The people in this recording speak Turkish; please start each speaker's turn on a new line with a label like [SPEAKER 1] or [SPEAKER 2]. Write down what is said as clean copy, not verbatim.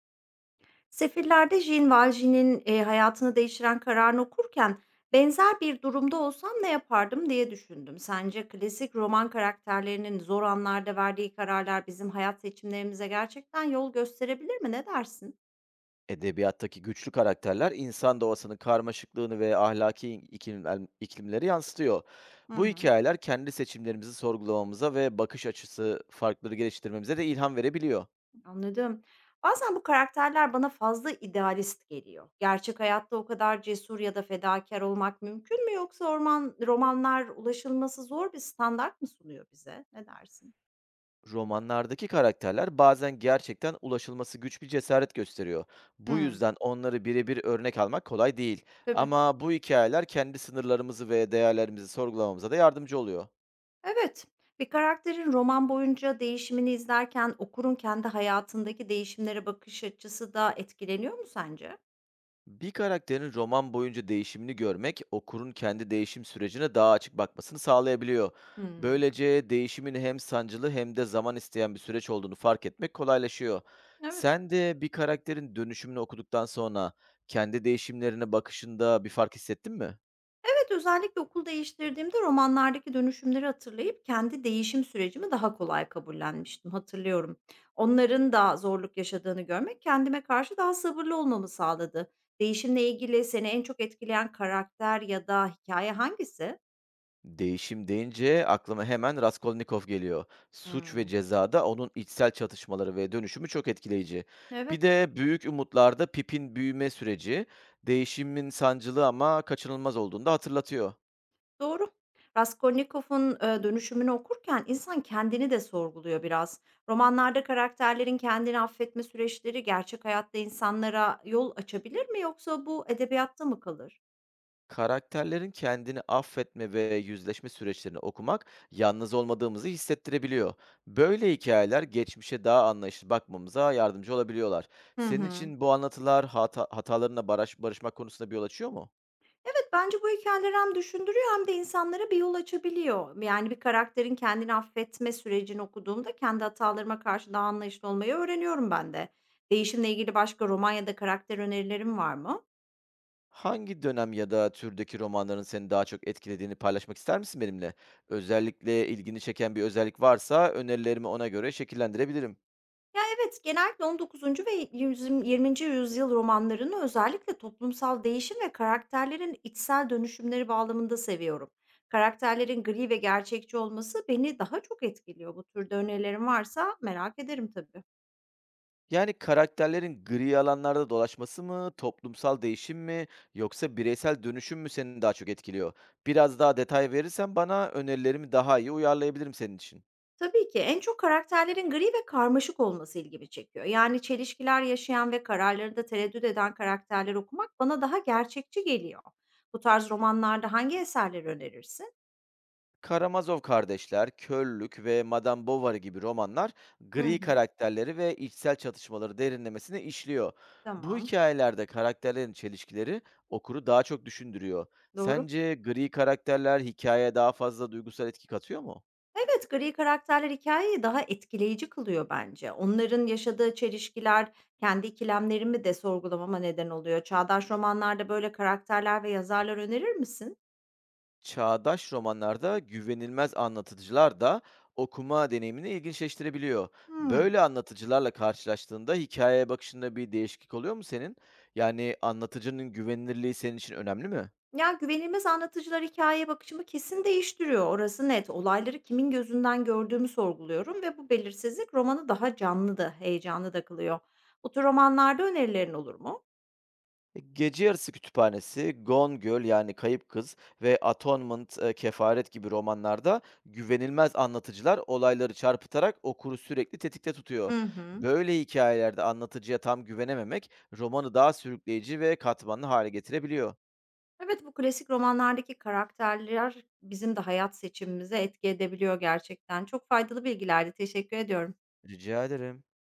[SPEAKER 1] Sefiller'de Jean Valjean'in, hayatını değiştiren kararını okurken, "Benzer bir durumda olsam ne yapardım?" diye düşündüm. Sence klasik roman karakterlerinin zor anlarda verdiği kararlar bizim hayat seçimlerimize gerçekten yol gösterebilir mi? Ne dersin?
[SPEAKER 2] Edebiyattaki güçlü karakterler insan doğasının karmaşıklığını ve ahlaki iklimleri yansıtıyor.
[SPEAKER 1] Hı
[SPEAKER 2] Bu
[SPEAKER 1] hı,
[SPEAKER 2] hikayeler kendi seçimlerimizi sorgulamamıza ve bakış açısı farkları geliştirmemize de ilham verebiliyor.
[SPEAKER 1] anladım. Bazen bu karakterler bana fazla idealist geliyor. Gerçek hayatta o kadar cesur ya da fedakar olmak mümkün mü yoksa orman romanlar ulaşılması zor bir standart mı sunuyor bize? Ne dersin?
[SPEAKER 2] Romanlardaki karakterler bazen gerçekten ulaşılması güç bir cesaret gösteriyor. Bu
[SPEAKER 1] Hımm,
[SPEAKER 2] yüzden onları birebir örnek almak kolay değil.
[SPEAKER 1] tabii.
[SPEAKER 2] Ama bu hikayeler kendi sınırlarımızı ve değerlerimizi sorgulamamıza da yardımcı oluyor.
[SPEAKER 1] Evet, bir karakterin roman boyunca değişimini izlerken okurun kendi hayatındaki değişimlere bakış açısı da etkileniyor mu sence?
[SPEAKER 2] Bir karakterin roman boyunca değişimini görmek, okurun kendi değişim sürecine daha açık bakmasını sağlayabiliyor.
[SPEAKER 1] Hmm,
[SPEAKER 2] Böylece değişimin hem sancılı hem de zaman isteyen bir süreç olduğunu fark etmek kolaylaşıyor.
[SPEAKER 1] evet.
[SPEAKER 2] Sen de bir karakterin dönüşümünü okuduktan sonra kendi değişimlerine bakışında bir fark hissettin mi?
[SPEAKER 1] Evet, özellikle okul değiştirdiğimde romanlardaki dönüşümleri hatırlayıp kendi değişim sürecimi daha kolay kabullenmiştim, hatırlıyorum. Onların da zorluk yaşadığını görmek kendime karşı daha sabırlı olmamı sağladı. Değişimle ilgili seni en çok etkileyen karakter ya da hikaye hangisi?
[SPEAKER 2] Değişim deyince aklıma hemen Raskolnikov geliyor. Suç ve
[SPEAKER 1] Hmm,
[SPEAKER 2] Ceza'da onun içsel çatışmaları ve dönüşümü çok etkileyici. Bir
[SPEAKER 1] evet.
[SPEAKER 2] de Büyük Umutlar'da Pip'in büyüme süreci, değişimin sancılı ama kaçınılmaz olduğunu da hatırlatıyor.
[SPEAKER 1] Doğru. Raskolnikov'un, Dönüşüm'ünü okurken insan kendini de sorguluyor biraz. Romanlarda karakterlerin kendini affetme süreçleri gerçek hayatta insanlara yol açabilir mi yoksa bu edebiyatta mı kalır?
[SPEAKER 2] Karakterlerin kendini affetme ve yüzleşme süreçlerini okumak yalnız olmadığımızı hissettirebiliyor. Böyle hikayeler geçmişe daha anlayışlı bakmamıza yardımcı olabiliyorlar.
[SPEAKER 1] Hı
[SPEAKER 2] Senin
[SPEAKER 1] hı.
[SPEAKER 2] için bu anlatılar hatalarına barışmak konusunda bir yol açıyor mu?
[SPEAKER 1] Evet, bence bu hikayeler hem düşündürüyor hem de insanlara bir yol açabiliyor. Yani bir karakterin kendini affetme sürecini okuduğumda kendi hatalarıma karşı daha anlayışlı olmayı öğreniyorum ben de. Değişimle ilgili başka roman ya da karakter önerilerim var mı?
[SPEAKER 2] Hangi dönem ya da türdeki romanların seni daha çok etkilediğini paylaşmak ister misin benimle? Özellikle ilgini çeken bir özellik varsa önerilerimi ona göre şekillendirebilirim.
[SPEAKER 1] Ya, evet, genellikle 19. ve yüzüm 20. yüzyıl romanlarını özellikle toplumsal değişim ve karakterlerin içsel dönüşümleri bağlamında seviyorum. Karakterlerin gri ve gerçekçi olması beni daha çok etkiliyor. Bu türde önerilerin varsa merak ederim tabii.
[SPEAKER 2] Yani karakterlerin gri alanlarda dolaşması mı, toplumsal değişim mi, yoksa bireysel dönüşüm mü seni daha çok etkiliyor? Biraz daha detay verirsen bana önerilerimi daha iyi uyarlayabilirim senin için.
[SPEAKER 1] Tabii ki en çok karakterlerin gri ve karmaşık olması ilgimi çekiyor. Yani çelişkiler yaşayan ve kararlarında tereddüt eden karakterler okumak bana daha gerçekçi geliyor. Bu tarz romanlarda hangi eserleri önerirsin?
[SPEAKER 2] Karamazov Kardeşler, Körlük ve Madame Bovary gibi romanlar
[SPEAKER 1] Hı
[SPEAKER 2] gri
[SPEAKER 1] hı.
[SPEAKER 2] karakterleri ve içsel çatışmaları derinlemesine işliyor. Bu
[SPEAKER 1] Tamam,
[SPEAKER 2] hikayelerde karakterlerin çelişkileri okuru daha çok düşündürüyor.
[SPEAKER 1] doğru.
[SPEAKER 2] Sence gri karakterler hikayeye daha fazla duygusal etki katıyor mu?
[SPEAKER 1] Evet, gri karakterler hikayeyi daha etkileyici kılıyor bence. Onların yaşadığı çelişkiler kendi ikilemlerimi de sorgulamama neden oluyor. Çağdaş romanlarda böyle karakterler ve yazarlar önerir misin?
[SPEAKER 2] Çağdaş romanlarda güvenilmez anlatıcılar da okuma deneyimini ilginçleştirebiliyor. Böyle
[SPEAKER 1] Hımm.
[SPEAKER 2] anlatıcılarla karşılaştığında hikayeye bakışında bir değişiklik oluyor mu senin? Yani anlatıcının güvenilirliği senin için önemli mi?
[SPEAKER 1] Ya, güvenilmez anlatıcılar hikâyeye bakışımı kesin değiştiriyor, orası net. Olayları kimin gözünden gördüğümü sorguluyorum ve bu belirsizlik romanı daha canlı da, heyecanlı da kılıyor. Bu tür romanlarda önerilerin olur mu?
[SPEAKER 2] Gece Yarısı Kütüphanesi, Gone Girl yani Kayıp Kız ve Atonement Kefaret gibi romanlarda güvenilmez anlatıcılar olayları çarpıtarak okuru sürekli tetikte tutuyor.
[SPEAKER 1] Hı hı.
[SPEAKER 2] Böyle hikayelerde anlatıcıya tam güvenememek romanı daha sürükleyici ve katmanlı hale getirebiliyor.
[SPEAKER 1] Evet, bu klasik romanlardaki karakterler bizim de hayat seçimimize etki edebiliyor gerçekten. Çok faydalı bilgilerdi. Teşekkür ediyorum.
[SPEAKER 2] Rica ederim.